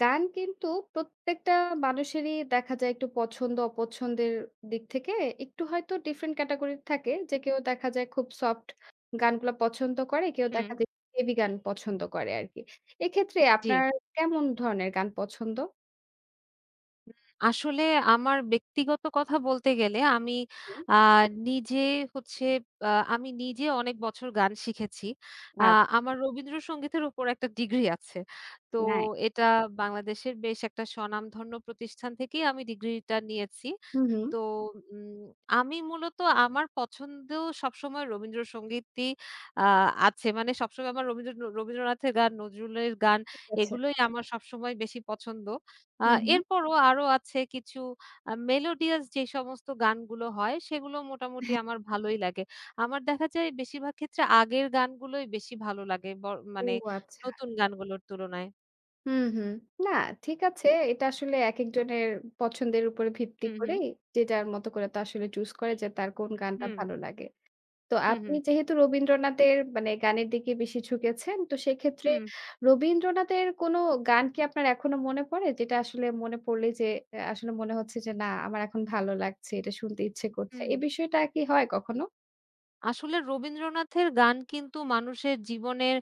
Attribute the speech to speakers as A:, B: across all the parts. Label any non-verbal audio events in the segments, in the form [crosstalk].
A: গান কিন্তু প্রত্যেকটা মানুষেরই দেখা যায় একটু পছন্দ অপছন্দের দিক থেকে একটু হয়তো ডিফারেন্ট ক্যাটাগরির থাকে যে কেউ দেখা যায় খুব সফট গানগুলা পছন্দ করে কেউ
B: হুম।
A: দেখা যায় হেভি গান পছন্দ করে আরকি। এক্ষেত্রে
B: জি।
A: আপনার কেমন ধরনের গান পছন্দ?
B: আসলে আমার ব্যক্তিগত কথা বলতে গেলে আমি
A: হুম।
B: আ নিজে হচ্ছে আ আমি নিজে অনেক বছর গান শিখেছি। আ
A: আচ
B: আমার রবীন্দ্রসঙ্গীতের উপর একটা ডিগ্রি আছে। তো
A: নাই।
B: এটা বাংলাদেশের বেশ একটা স্বনামধন্য প্রতিষ্ঠান থেকেই আমি ডিগ্রিটা নিয়েছি।
A: হুম, হুম।
B: তো উম আমি মূলত আমার পছন্দ সবসময় রবীন্দ্রসঙ্গীতই আ আছে। মানে সবসময় আমার রবীন্দ্রনাথের গান, নজরুলের গান
A: ঠিক আছে।
B: এগুলোই আমার সবসময় বেশি পছন্দ। আ
A: হুম, হুম।
B: এরপরও আরো আছে কিছু মেলোডিয়াস যে সমস্ত গানগুলো হয় সেগুলো মোটামুটি আমার ভালোই লাগে। আমার দেখা যায় বেশিরভাগ ক্ষেত্রে আগের গানগুলোই বেশি ভালো লাগে
A: ও
B: মানে
A: আচ্ছা।
B: নতুন গানগুলোর তুলনায়।
A: হুম, হুম। না, ঠিক আছে। এটা আসলে একেকজনের পছন্দের উপরে ভিত্তি
B: হুম,
A: করে
B: হুম।
A: যে যার মতো করে তো আসলে চুজ করে যে তার কোন গানটা
B: হুম,
A: ভালো লাগে। তো
B: হুম,
A: আপনি
B: হুম,
A: যেহেতু রবীন্দ্রনাথের মানে গানের দিকে বেশি ঝুঁকেছেন, তো সেক্ষেত্রে
B: হুম,
A: রবীন্দ্রনাথের কোনো গান কি আপনার এখনো মনে পড়ে? যেটা আসলে মনে পড়লেই যে আসলে মনে হচ্ছে যে, "না, আমার এখন ভালো লাগছে, এটা শুনতে ইচ্ছে করছে।"
B: হুম।
A: এই বিষয়টা কি হয় কখনো?
B: আসলে রবীন্দ্রনাথের গান কিন্তু মানুষের জীবনের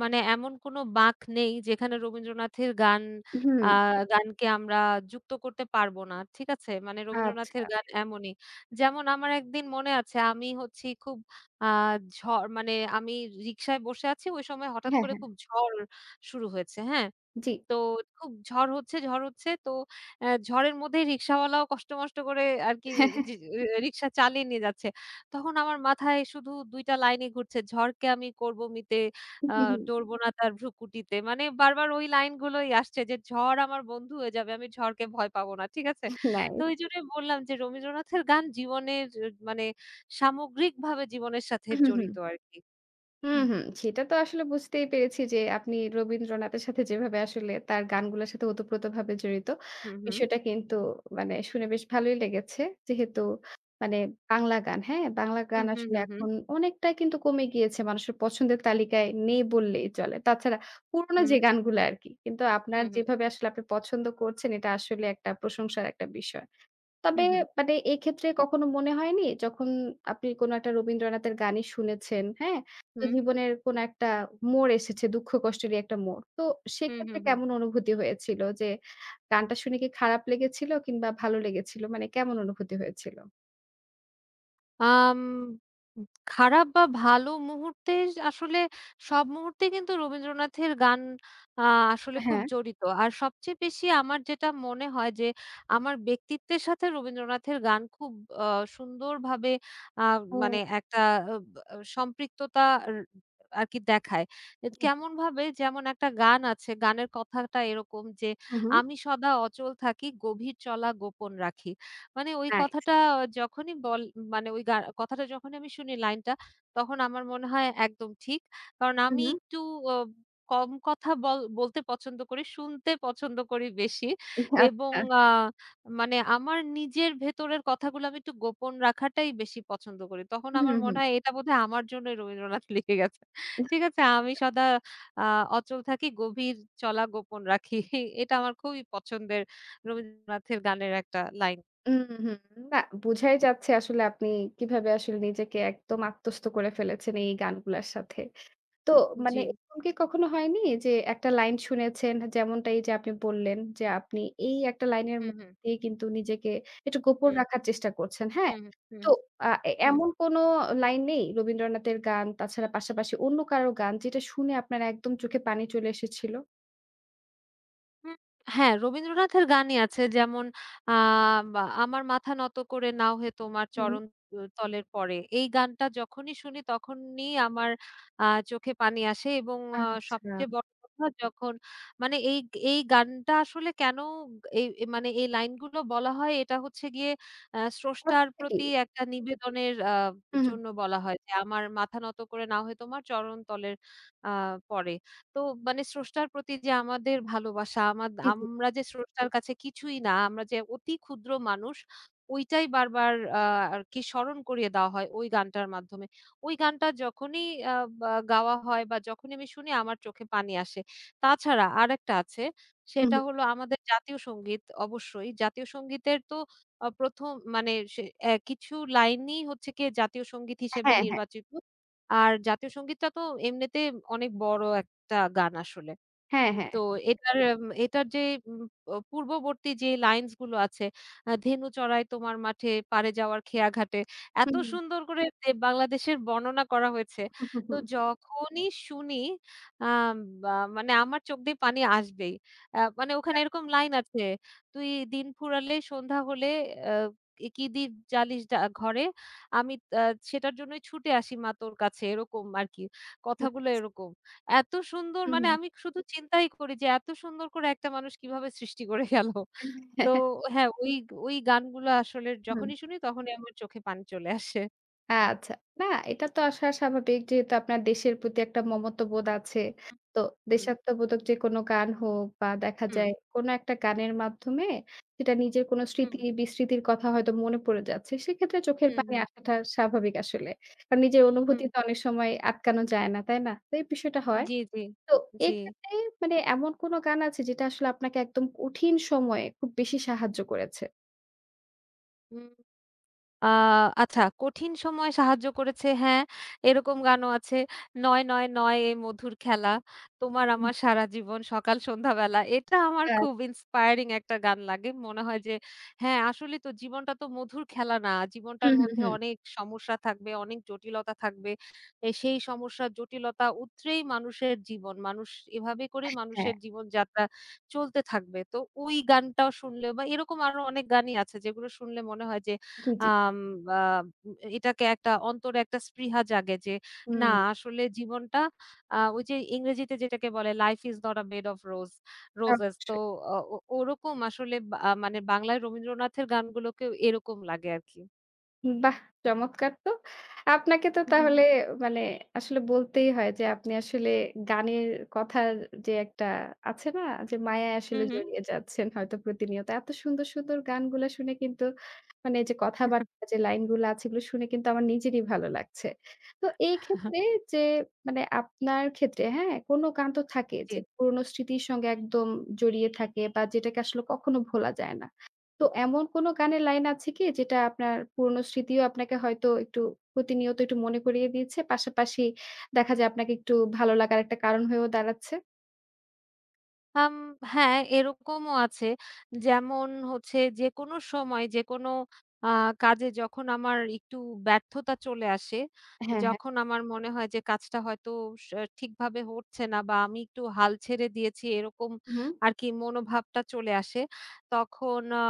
B: মানে এমন কোনো বাঁক নেই যেখানে রবীন্দ্রনাথের গান
A: হুম,
B: আ গানকে আমরা যুক্ত করতে পারবো না। ঠিক আছে? মানে
A: আচ্ছা।
B: রবীন্দ্রনাথের
A: আচ্ছা।
B: গান এমনই। যেমন আমার একদিন মনে আছে আমি হচ্ছি খুব আ ঝড় মানে আমি রিক্সায় বসে আছি ওই সময় হঠাৎ
A: হ্যাঁ,
B: করে
A: হ্যাঁ।
B: খুব ঝড় শুরু হয়েছে। হ্যাঁ?
A: জি।
B: তো খুব ঝড় হচ্ছে, ঝড় হচ্ছে। তো ঝড়ের মধ্যেই রিক্শাওয়ালাও কষ্ট-মষ্ট করে আরকি জি রি রিক্সা চালিয়ে নিয়ে যাচ্ছে। তখন আমার মাথায় শুধু ২ টা লাইনই ঘুরছে, "ঝড়কে আমি করব মিতে, আ
A: [laughs]
B: ডরব না তার ভ্রুকুটিতে।" মানে বারবার ওই লাইনগুলোই আসছে যে, "ঝড় আমার বন্ধু হয়ে যাবে, আমি ঝড়কে ভয় পাবো না।" ঠিক আছে? তো ওইজন্যই বললাম যে রবীন্দ্রনাথের গান জীবনের আহ, মানে সামগ্রিকভাবে জীবনের সাথে
A: নাইস।
B: জড়িত আরকি।
A: হুম,
B: হুম,
A: হুম। সেটা তো আসলে বুঝতেই পেরেছি যে আপনি রবীন্দ্রনাথের সাথে যেভাবে আসলে তার গানগুলোর সাথে ওতপ্রোতভাবে জড়িত,
B: হুম, হুম,
A: বিষয়টা কিন্তু মানে শুনে বেশ ভালোই লেগেছে। যেহেতু মানে বাংলা গান, হ্যাঁ? বাংলা
B: হুম,
A: গান
B: হুম,
A: আসলে
B: হুম,
A: এখন অনেকটাই কিন্তু কমে গিয়েছে। মানুষের পছন্দের তালিকায় নেই বললেই চলে। তাছাড়া পুরোনো
B: হুম,
A: যে গানগুলো আরকি। কিন্তু
B: হুম,
A: আপনার
B: হুম, হুম, হুম,
A: যেভাবে আসলে আপনি পছন্দ করছেন এটা আসলে একটা প্রশংসার একটা বিষয়। তবে
B: হুম,
A: মানে এক্ষেত্রে কখনো মনে হয়নি যখন আপনি কোনো একটা রবীন্দ্রনাথের গানই শুনেছেন, হ্যাঁ? তো
B: হুম,
A: জীবনের কোনো একটা মোড় এসেছে, দুঃখ কষ্টেরই একটা মোড়। তো
B: হুম, হুম।
A: সেক্ষেত্রে
B: হুম।
A: কেমন অনুভূতি হয়েছিল? যে গানটা শুনে কি খারাপ লেগেছিল কিংবা ভালো লেগেছিল? মানে কেমন অনুভূতি হয়েছিল?
B: আম খারাপ বা ভালো মুহূর্তে আসলে সব মুহূর্তেই কিন্তু রবীন্দ্রনাথের গান আ আসলে খুব
A: হ্যাঁ।
B: জড়িত। আর সবচেয়ে বেশি আমার যেটা মনে হয় যে, আমার ব্যক্তিত্বের সাথে রবীন্দ্রনাথের গান খুব আ সুন্দরভাবে আ
A: ও
B: মানে একটা আব আ সম্পৃক্ততা আর আরকি দেখায়। এ
A: জি।
B: কেমনভাবে? যেমন একটা গান আছে, গানের কথাটা এরকম যে,
A: হু, হু।
B: "আমি সদা অচল থাকি, গভীর চলা গোপন রাখি।" মানে ওই
A: নাইস।
B: কথাটা যখনই বল মানে ওই গা কথাটা যখনই আমি শুনি লাইনটা, তখন আমার মনে হয় একদম ঠিক। কারণ
A: হু,
B: আমি
A: হু।
B: একটু অ কম কথা বলতে পছন্দ করি, শুনতে পছন্দ করি বেশি এবং
A: আচ্ছা।
B: আ মানে আমার নিজের ভেতরের কথাগুলো আমি একটু গোপন রাখাটাই বেশি পছন্দ করি। তখন
A: হুম,
B: আমার মনে
A: হুম।
B: হয় এটা বোধহয় আমার জন্যই রবীন্দ্রনাথ [laughs] লিখে গেছে। ঠিক আছে? আমি সদা আ অচল থাকি, গভীর চলা গোপন রাখি। এটা আমার খুবই পছন্দের রবীন্দ্রনাথের গানের একটা লাইন।
A: উম হুম। না, বুঝাই যাচ্ছে আসলে আপনি কিভাবে আসলে নিজেকে একদম আত্মস্থ করে ফেলেছেন এই গানগুলার সাথে। তো
B: জি।
A: মানে এরকম কি কখনো হয়নি যে একটা লাইন শুনেছেন যেমনটা এই যে আপনি বললেন যে আপনি এই একটা লাইনের
B: হুম, হুম,
A: মধ্যে দিয়ে কিন্তু নিজেকে একটু গোপন
B: হুম,
A: রাখার চেষ্টা করছেন, হ্যাঁ?
B: হুম, হুম,
A: তো আ এ
B: হুম,
A: এমন কোনো লাইন নেই রবীন্দ্রনাথের গান তাছাড়া পাশাপাশি অন্য কারো গান যেটা শুনে আপনার একদম চোখে পানি চলে এসেছিল?
B: হুম। হ্যাঁ, রবীন্দ্রনাথের গানই আছে যেমন আ বা আমার মাথা নত করে নাও হে তোমার
A: হু, হু।
B: চরণ তলের পরে। এই গানটা যখনই শুনি তখনই আমার আ চোখে পানি আসে এবং
A: আচ্ছা।
B: সবচেয়ে বড় কথা যখন মানে এই এই গানটা আসলে কেন এই এই মানে এই লাইনগুলো বলা হয় এটা হচ্ছে গিয়ে স্রষ্টার
A: অর্থটা কি?
B: প্রতি একটা নিবেদনের
A: হু, হু।
B: জন্য বলা হয় যে আমার মাথা নত করে নাও হে তোমার চরণ তলের আ পরে। তো মানে স্রষ্টার প্রতি যে আমাদের ভালোবাসা,
A: জি, জি।
B: আমরা যে স্রষ্টার কাছে কিছুই না, আমরা যে অতি ক্ষুদ্র মানুষ, ওইটাই বারবার আ আরকি স্মরণ করিয়ে দেওয়া হয় ওই গানটার মাধ্যমে। ওই গানটা যখনই আ বা গাওয়া হয় বা যখনই আমি শুনি আমার চোখে পানি আসে। তাছাড়া আরেকটা আছে,
A: হু,
B: সেটা
A: হু।
B: হলো আমাদের জাতীয় সঙ্গীত অবশ্যই। জাতীয় সঙ্গীতের তো ১ম মানে সে অ্যা কিছু লাইনই হচ্ছে গিয়ে জাতীয় সঙ্গীত হিসেবে
A: হ্যাঁ, হ্যাঁ।
B: নির্বাচিত। আর জাতীয় সঙ্গীতটা তো এমনিতে অনেক বড় একটা গান আসলে।
A: হ্যাঁ, হ্যাঁ।
B: তো এটার যে উম প পূর্ববর্তী যে লাইনস গুলো আছে, আ "ধেনু চড়াই তোমার মাঠে, পাড়ে যাওয়ার খেয়া ঘাটে।"
A: হু,
B: এত
A: হু।
B: সুন্দর করে বাংলাদেশের বর্ণনা করা হয়েছে।
A: হু, হু, হু।
B: তো যখনই শুনি আম বা মানে আমার চোখ দিয়ে পানি আসবেই। আ মানে ওখানে
A: আ
B: এরকম লাইন আছে, "তুই দিন ফুরালে সন্ধ্যা হলে আ এ কি দীপ জ্বালিস ঘরে? আমি আ সেটার জন্যই ছুটে আসি মা তোর কাছে।" এরকম আরকি। কথাগুলো
A: নাইস।
B: এরকম। এত সুন্দর
A: হু, হু।
B: মানে আমি শুধু চিন্তাই করি যে এত সুন্দর করে একটা মানুষ কিভাবে সৃষ্টি করে গেল।
A: হু।
B: তো
A: [laughs]
B: হ্যাঁ, ওই ওই গানগুলো আসলে যখনই শুনি তখনই আমার চোখে পানি চলে আসে।
A: আচ্ছা। না, এটা তো আসা স্বাভাবিক যেহেতু আপনার দেশের প্রতি একটা মমত্ববোধ আছে। তো
B: হুম,
A: দেশাত্মবোধক যে কোনো গান হোক বা দেখা
B: হুম,
A: যায় কোনো একটা গানের মাধ্যমে সেটা নিজের কোনো
B: হুম,
A: স্মৃতি বিস্মৃতির কথা হয়তো মনে পড়ে যাচ্ছে। সেক্ষেত্রে চোখের
B: হুম, হুম,
A: পানি
B: হুম,
A: আসাটা স্বাভাবিক আসলে। কারণ নিজের অনুভূতি
B: হুম।
A: তো অনেক সময় আটকানো যায় না, তাই না? তো এই বিষয়টা হয়।
B: জি, জি,
A: তো
B: জি।
A: এক্ষেত্রে মানে এমন কোনো গান আছে যেটা আসলে আপনাকে একদম কঠিন সময়ে খুব বেশি সাহায্য করেছে?
B: হুম। আ আচ্ছা, কঠিন সময়ে সাহায্য করেছে হ্যাঁ, এরকম গানও আছে। ৯, ৯, ৯ এ মধুর খেলা, তোমার
A: হুম,
B: আমার সারা জীবন সকাল সন্ধ্যাবেলা। এটা আমার
A: আহ,
B: খুব inspiring একটা গান লাগে। মনে হয় যে হ্যাঁ, আসলেই তো জীবনটা তো মধুর খেলা না।
A: হুম,
B: জীবনটার
A: হুম,
B: মধ্যে
A: হুম,
B: অনেক সমস্যা থাকবে, অনেক জটিলতা থাকবে। সেই সমস্যা জটিলতা উতরেই মানুষের জীবন। মানুষ এভাবে করেই
A: হ্যাঁ,
B: মানুষের জীবনযাত্রা চলতে থাকবে। তো ওই গানটাও শুনলে বা এরকম আরো অনেক গানই আছে যেগুলো শুনলে মনে হয় যে
A: জি, জি।
B: আম আ এটাকে একটা অন্তরে একটা স্পৃহা জাগে যে না
A: হুম।
B: আসলে জীবনটা ওই যে ইংরেজিতে যেটাকে বলে "life is not a bed of roses" তো অ ও ওরকম আসলে বা আহ, মানে বাংলায় রবীন্দ্রনাথের গানগুলোকেও এরকম লাগে আরকি।
A: বাহ! চমৎকার তো। আপনাকে তো
B: হুম, হুম,
A: তাহলে মানে আসলে বলতেই হয় যে আপনি আসলে গানের কথার যে একটা আছে না? যে মায়ায় আসলে
B: হুম, হুম।
A: জড়িয়ে যাচ্ছেন হয়তো প্রতিনিয়ত। এত সুন্দর, সুন্দর গানগুলা শুনে কিন্তু মানে এই যে কথাবার্তা যে লাইনগুলো আছে এগুলো শুনে কিন্তু আমার নিজেরই ভালো লাগছে। তো এই
B: [laughs]
A: ক্ষেত্রে যে মানে আপনার ক্ষেত্রে হ্যাঁ? কোনো গান তো থাকে
B: জি।
A: যে পুরনো স্মৃতির সঙ্গে একদম জড়িয়ে থাকে বা যেটাকে আসলে কখনো ভোলা যায় না। তো এমন কোনো গানের লাইন আছে কি যেটা আপনার পুরনো স্মৃতিও আপনাকে হয়তো একটু প্রতিনিয়ত একটু মনে করিয়ে দিচ্ছে? পাশাপাশি দেখা যায় আপনাকে একটু ভালো লাগার একটা কারণ হয়েও দাঁড়াচ্ছে?
B: আম হ্যাঁ, এরকমও আছে। যেমন হচ্ছে যেকোনো সময় যেকোনো আ কাজে যখন আমার একটু ব্যর্থতা চলে আসে,
A: হ্যাঁ, হ্যাঁ।
B: যখন আমার মনে হয় যে কাজটা হয়তো স ঠিকভাবে হচ্ছে না বা আমি একটু হাল ছেড়ে দিয়েছি এরকম
A: হুম,
B: আরকি মনোভাবটা চলে আসে। তখন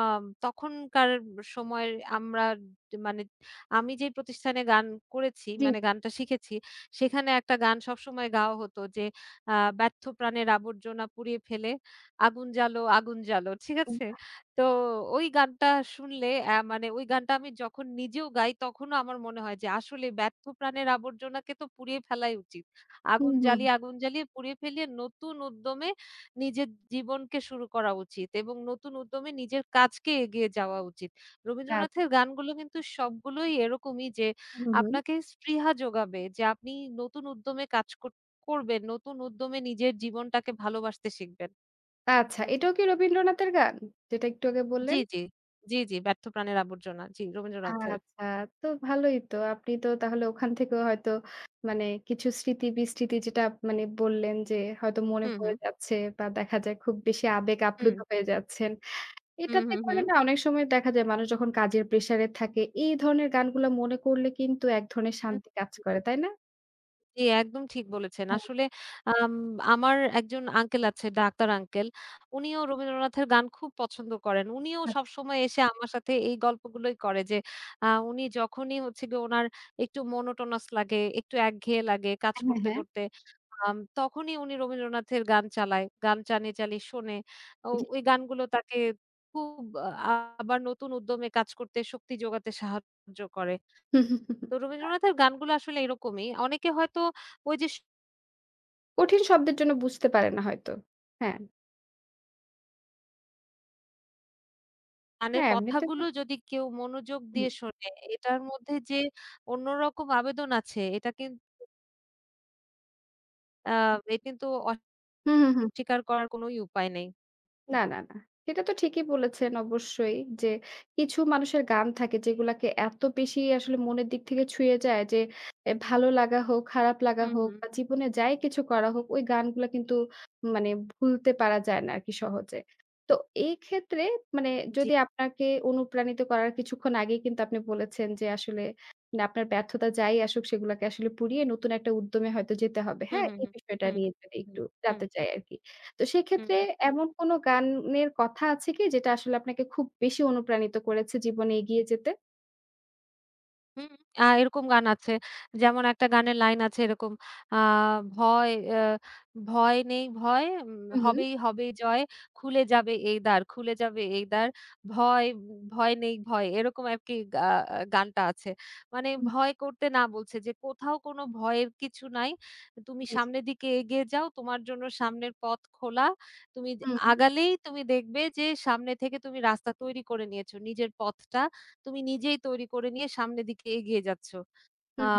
B: তখনকার সময়ের আমরা মানে আমি যে প্রতিষ্ঠানে গান করেছি
A: জি।
B: মানে গানটা শিখেছি, সেখানে একটা গান সবসময় গাওয়া হতো যে আ ব্যর্থ প্রাণের আবর্জনা পুড়িয়ে ফেলে, আগুন জ্বালো, আগুন জ্বালো। ঠিক আছে? তো ওই গানটা শুনলে মানে ওই গানটা আমি যখন নিজেও গাই তখনও আমার মনে হয় যে আসলে ব্যর্থ প্রাণের আবর্জনাকে তো পুড়িয়ে ফেলাই উচিত।
A: হুম,
B: আগুন
A: হুম।
B: জ্বালিয়ে, আগুন জ্বালিয়ে পুড়িয়ে ফেলিয়ে নতুন উদ্যমে নিজের জীবনকে শুরু করা উচিত এবং নতুন উদ্যমে নিজের কাজকে এগিয়ে যাওয়া উচিত।
A: আচ্ছা।
B: রবীন্দ্রনাথের গানগুলো কিন্তু সবগুলোই এরকমই যে
A: হুম, হুম।
B: আপনাকে স্পৃহা যোগাবে যে আপনি নতুন উদ্যমে কাজ করবেন। নতুন উদ্যমে নিজের জীবনটাকে ভালোবাসতে শিখবেন।
A: আচ্ছা, এটাও কি রবীন্দ্রনাথের গান? যেটা একটু আগে
B: জি,
A: বললেন?
B: জি। জি, জি। 'ব্যর্থ প্রাণের আবর্জনা'। জি, রবীন্দ্রনাথের।
A: আচ্ছা, তো ভালোই তো। আপনি তো তাহলে ওখান থেকেও হয়তো মানে কিছু স্মৃতি বিস্মৃতি যেটা আপ- মানে বললেন যে হয়তো মনে
B: হুম,
A: পড়ে
B: হুম।
A: যাচ্ছে বা দেখা যায় খুব বেশি আবেগ
B: হুম,
A: আপ্লুত হয়ে যাচ্ছেন।
B: হুম,
A: এটাতে
B: হুম,
A: করে
B: হুম।
A: না অনেক সময় দেখা যায় মানুষ যখন কাজের প্রেশারে থাকে, এই ধরনের গানগুলা মনে করলে কিন্তু এক ধরনের
B: হুম।
A: শান্তি কাজ করে, তাই না?
B: জি, একদম ঠিক বলেছেন।
A: হ্যাঁ,
B: আসলে আম আমার একজন আঙ্কেল আছে, ডাক্তার আঙ্কেল। উনিও রবীন্দ্রনাথের গান খুব পছন্দ করেন। উনিও
A: আচ্ছা।
B: সবসময় এসে আমার সাথে এই গল্পগুলোই করে যে, উনি যখনই হচ্ছে গিয়ে উনার একটু monotonous লাগে, একটু একঘেয়ে লাগে কাজ
A: হ্যাঁ,
B: করতে,
A: হ্যাঁ।
B: করতে, তখনই উনি রবীন্দ্রনাথের গান চালায়। গান চালিয়ে, চালিয়ে শোনে। ও
A: জি।
B: ওই গানগুলো তাকে খুব আ আবার নতুন উদ্যমে কাজ করতে শক্তি যোগাতে সাহায্য করে।
A: হুম, হুম, হুম, হুম।
B: তো রবীন্দ্রনাথের গানগুলো আসলে এরকমই। অনেকে হয়তো ওই যে স
A: কঠিন শব্দের জন্য বুঝতে পারে না হয়তো। হ্যাঁ,
B: গানের
A: হ্যাঁ, এমনিতে তো
B: কথাগুলো যদি কেউ মনোযোগ দিয়ে
A: হুম।
B: শোনে, এটার মধ্যে যে অন্যরকম আবেদন আছে এটা কিন আ এ কিন্তু
A: হু, হু, হু।
B: অস্বীকার করার কোনোই উপায় নেই।
A: না, না, না। এটা তো ঠিকই বলেছেন অবশ্যই যে কিছু মানুষের গান থাকে যেগুলাকে এত বেশি আসলে মনের দিক থেকে ছুঁয়ে যায় যে এ ভালো লাগা হোক, খারাপ লাগা
B: হুম,
A: হোক
B: হুম,
A: বা জীবনে যাই কিছু করা হোক ওই গানগুলা কিন্তু মানে ভুলতে পারা যায় না আরকি সহজে। তো এই ক্ষেত্রে মানে
B: জি।
A: যদি আপনাকে অনুপ্রাণিত করার কিছুক্ষণ আগেই কিন্তু আপনি বলেছেন যে আসলে মানে আপনার ব্যর্থতা যাই আসুক সেগুলাকে আসলে পুড়িয়ে নতুন একটা উদ্যমে হয়তো যেতে হবে।
B: হুম,
A: হ্যাঁ?
B: হুম,
A: এই
B: হুম,
A: বিষয়টা
B: হুম,
A: নিয়ে যদি
B: হুম,
A: একটু
B: হুম,
A: জানতে চাই আরকি। তো
B: হুম,
A: সেক্ষেত্রে
B: হুম।
A: এমন কোন গানের কথা আছে কি যেটা আসলে আপনাকে খুব বেশি অনুপ্রাণিত করেছে জীবনে এগিয়ে যেতে?
B: হুম, আ এরকম গান আছে। যেমন একটা গানের লাইন আছে এরকম আ ভয় অ্যা ভয় নেই ভয়
A: হুম, হুম।
B: হবেই হবে জয়। খুলে যাবে এই দ্বার, খুলে যাবে এই দ্বার। ভয় ভয় নেই ভয়। এরকম আরকি গানটা আছে। মানে
A: হুম,
B: ভয় করতে না বলছে যে কোথাও কোনো ভয়ের কিছু নাই। তুমি
A: জি, জি।
B: সামনের দিকে এগিয়ে যাও। তোমার জন্য সামনের পথ খোলা। তুমি
A: হুম,
B: আগালেই তুমি দেখবে যে সামনে থেকে তুমি রাস্তা তৈরি করে নিয়েছো। নিজের পথটা তুমি নিজেই তৈরি করে নিয়ে সামনের দিকে এগিয়ে যাচ্ছ। আ
A: হুম।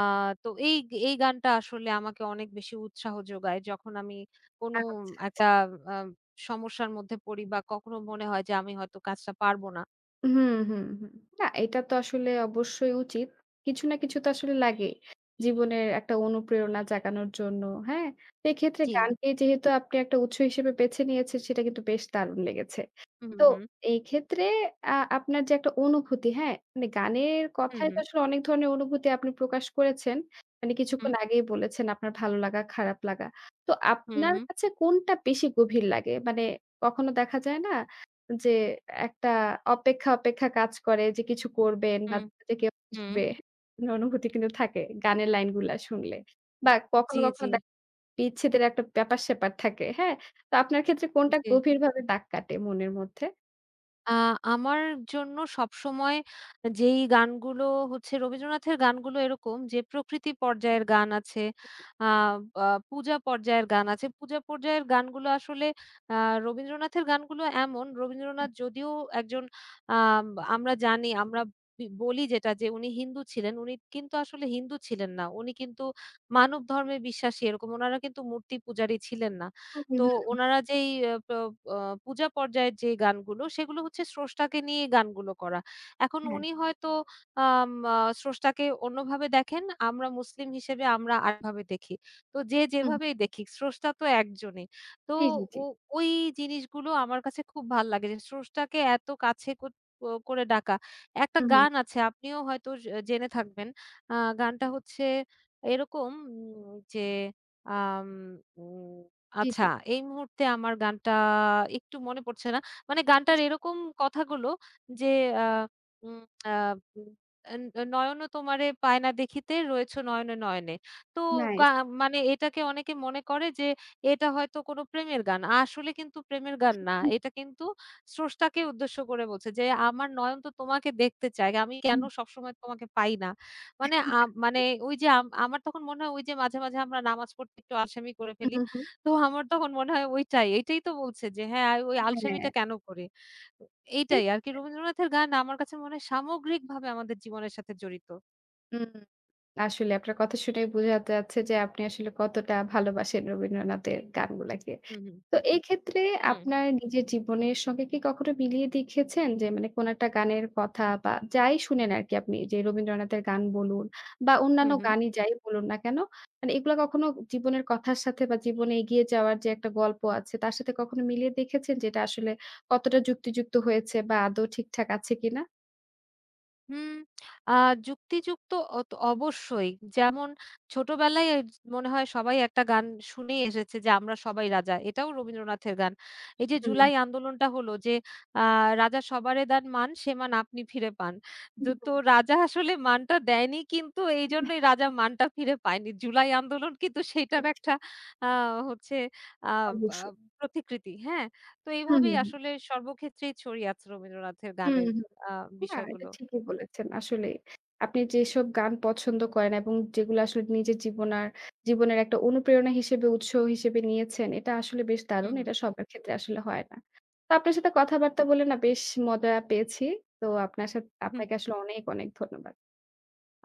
B: তো এই এই গানটা আসলে আমাকে অনেক বেশি উৎসাহ যোগায়। যখন আমি কোনো
A: আচ্ছা।
B: একটা আ সমস্যার মধ্যে পড়ি বা কখনো মনে হয় যে আমি হয়তো কাজটা পারব না।
A: হুম, হুম, হুম। না, এটা তো আসলে অবশ্যই উচিত। কিছু না কিছু তো আসলে লাগেই। জীবনের একটা অনুপ্রেরণা জাগানোর জন্য, হ্যাঁ? তো এক্ষেত্রে
B: জি।
A: গানকে যেহেতু আপনি একটা উৎস হিসেবে বেছে নিয়েছেন সেটা কিন্তু বেশ দারুণ লেগেছে।
B: হুম,
A: তো
B: হুম,
A: এই ক্ষেত্রে আপনার যে একটা অনুভূতি, হ্যাঁ? মানে গানের
B: হুম,
A: কথায় তো
B: হুম,
A: আসলে অনেক ধরনের অনুভূতি আপনি প্রকাশ করেছেন। মানে
B: হুম,
A: কিছুক্ষণ আগেই বলেছেন আপনার ভালো লাগা, খারাপ লাগা। তো
B: হুম,
A: আপনার কাছে কোনটা বেশি গভীর লাগে? মানে কখনো দেখা যায় না যে একটা অপেক্ষা, অপেক্ষা কাজ করে যে কিছু করবেন বা
B: হুম,
A: যে কেউ
B: হুম,
A: আসবে। মানে অনুভূতি কিন্তু থাকে গানের লাইনগুলা শুনলে।
B: হুম,
A: বা কখনো,
B: জি,
A: কখনো
B: জি,
A: দেখা বিচ্ছেদের একটা ব্যাপার-স্যাপার থাকে, হ্যাঁ? তো আপনার ক্ষেত্রে কোনটা
B: জি।
A: গভীরভাবে দাগ কাটে মনের মধ্যে?
B: আ আমার জন্য সবসময় যেই গানগুলো হচ্ছে রবীন্দ্রনাথের গানগুলো এরকম যে প্রকৃতি পর্যায়ের গান আছে, আ আ পূজা পর্যায়ের গান আছে। পূজা পর্যায়ের গানগুলো আসলে আ রবীন্দ্রনাথের গানগুলো এমন রবীন্দ্রনাথ যদিও একজন আম আমরা জানি আমরা বি বলি যেটা যে উনি হিন্দু ছিলেন। উনি কিন্তু আসলে হিন্দু ছিলেন না। উনি কিন্তু মানব ধর্মে বিশ্বাসী এরকম। উনারা কিন্তু মূর্তি পূজারী ছিলেন না।
A: হুম,
B: তো
A: হুম, হ্যাঁ।
B: ওনারা যেই আ প আ পূজা পর্যায়ের যে গানগুলো সেগুলো হচ্ছে স্রষ্টাকে নিয়ে গানগুলো করা। এখন
A: হুম।
B: উনি হয়তো আম আ স্রষ্টাকে অন্যভাবে দেখেন, আমরা মুসলিম হিসেবে আমরা আরেকভাবে দেখি। তো যে
A: হ্যাঁ, হুম।
B: যেভাবেই দেখি স্রষ্টা তো একজনই। তো
A: জি, জি, জি।
B: ও ওই জিনিসগুলো আমার কাছে খুব ভাল লাগে যে স্রষ্টাকে এত কাছে কো ও করে ডাকা। একটা
A: হুম, হুম।
B: গান আছে আপনিও হয়তো জেনে থাকবেন। আ গানটা হচ্ছে এরকম যে আম উম
A: জি,
B: আচ্ছা,
A: জি।
B: এই মুহূর্তে আমার গানটা একটু মনে পড়ছে না। মানে গানটার এরকম কথাগুলো যে আ উম আ উম এন নয়নও তোমারে পায় না দেখিতে রয়েছো নয়নে, নয়নে। তো গা
A: নাইস।
B: মানে এটাকে অনেকে মনে করে যে এটা হয়তো কোনো প্রেমের গান। আসলে কিন্তু প্রেমের গান না।
A: হুম,
B: এটা কিন্তু স্রষ্টাকে উদ্দেশ্য করে বলছে যে আমার নয়ন তো তোমাকে দেখতে চায়। আমি কেন
A: হুম,
B: সবসময় তোমাকে পাই না? মানে আ
A: হুম।
B: মানে ওই যে আমার তখন মনে হয় ওই যে মাঝে, মাঝে আমরা নামাজ পড়তে একটু আলসেমি করে ফেলি। তো আমার তখন মনে হয় ওইটাই। এইটাই তো বলছে যে হ্যাঁ, ওই
A: হুম,
B: আলসেমিটা
A: হ্যাঁ,
B: কেন করে?
A: ঠিক।
B: এইটাই আরকি রবীন্দ্রনাথের গান আমার কাছে মনে হয় সামগ্রিকভাবে আমাদের জীবনের সাথে জড়িত।
A: উম আসলে আপনার কথা শুনেই বোঝা যাচ্ছে যে আপনি আসলে কতটা ভালোবাসেন রবীন্দ্রনাথের গানগুলাকে।
B: হুম, হুম,
A: তো এই ক্ষেত্রে
B: হুম,
A: আপনার নিজের জীবনের সঙ্গে কি কখনো মিলিয়ে দেখেছেন যে মানে কোন একটা গানের কথা বা যাই শুনেন আরকি আপনি যে রবীন্দ্রনাথের গান বলুন বা
B: হুম,
A: অন্যান্য
B: হুম।
A: গানই যাই বলুন না কেন, মানে এগুলা কখনো জীবনের কথার সাথে বা জীবনে এগিয়ে যাওয়ার যে একটা গল্প আছে তার সাথে কখনো মিলিয়ে দেখেছেন যে এটা আসলে কতটা যুক্তিযুক্ত হয়েছে বা আদৌ ঠিকঠাক আছে কিনা?
B: হুম, আ যুক্তিযুক্ত অবশ্যই। যেমন ছোটবেলায় মনে হয় সবাই একটা গান শুনেই এসেছে যে, "আমরা সবাই রাজা।" এটাও রবীন্দ্রনাথের গান। এই যে
A: হুম।
B: জুলাই আন্দোলনটা হলো যে, আ "রাজা সবারে দান মান, সে মান আপনি ফিরে পান।" তো
A: হুম,
B: তো
A: হুম।
B: রাজা আসলে মানটা দেয়নি কিন্তু এইজন্যই রাজা মানটা ফিরে পায়নি। জুলাই আন্দোলন কিন্তু সেইটার
A: ঠিক,
B: একটা
A: ঠিক।
B: আ হচ্ছে আ বা
A: অবশ্যই।
B: প্রতিকৃতি। হ্যাঁ? তো
A: হুম,
B: এইভাবেই
A: হুম, হুম।
B: আসলে সর্বক্ষেত্রেই ছড়িয়ে আছে রবীন্দ্রনাথের
A: হুম,
B: গানের
A: হুম।
B: আ
A: না, এটা
B: বিষয়গুলো।
A: ঠিকই বলেছেন। আসলেই। আপনি যেসব গান পছন্দ করেন এবং যেগুলো আসলে নিজের জীবনের একটা অনুপ্রেরণা হিসেবে, উৎস হিসেবে নিয়েছেন, এটা আসলে বেশ
B: হুম,
A: দারুণ।
B: হুম,
A: এটা সবার ক্ষেত্রে আসলে হয় না। তো আপনার সাথে কথাবার্তা বলে না বেশ মজা পেয়েছি। তো আপনার সাথে
B: হুম।
A: আপনাকে আসলে অনেক, অনেক ধন্যবাদ।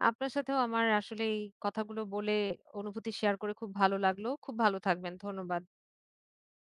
B: আপনার সাথেও আমার আসলে এই কথাগুলো বলে অনুভূতি শেয়ার করে খুব ভালো লাগলো। খুব ভালো থাকবেন। ধন্যবাদ।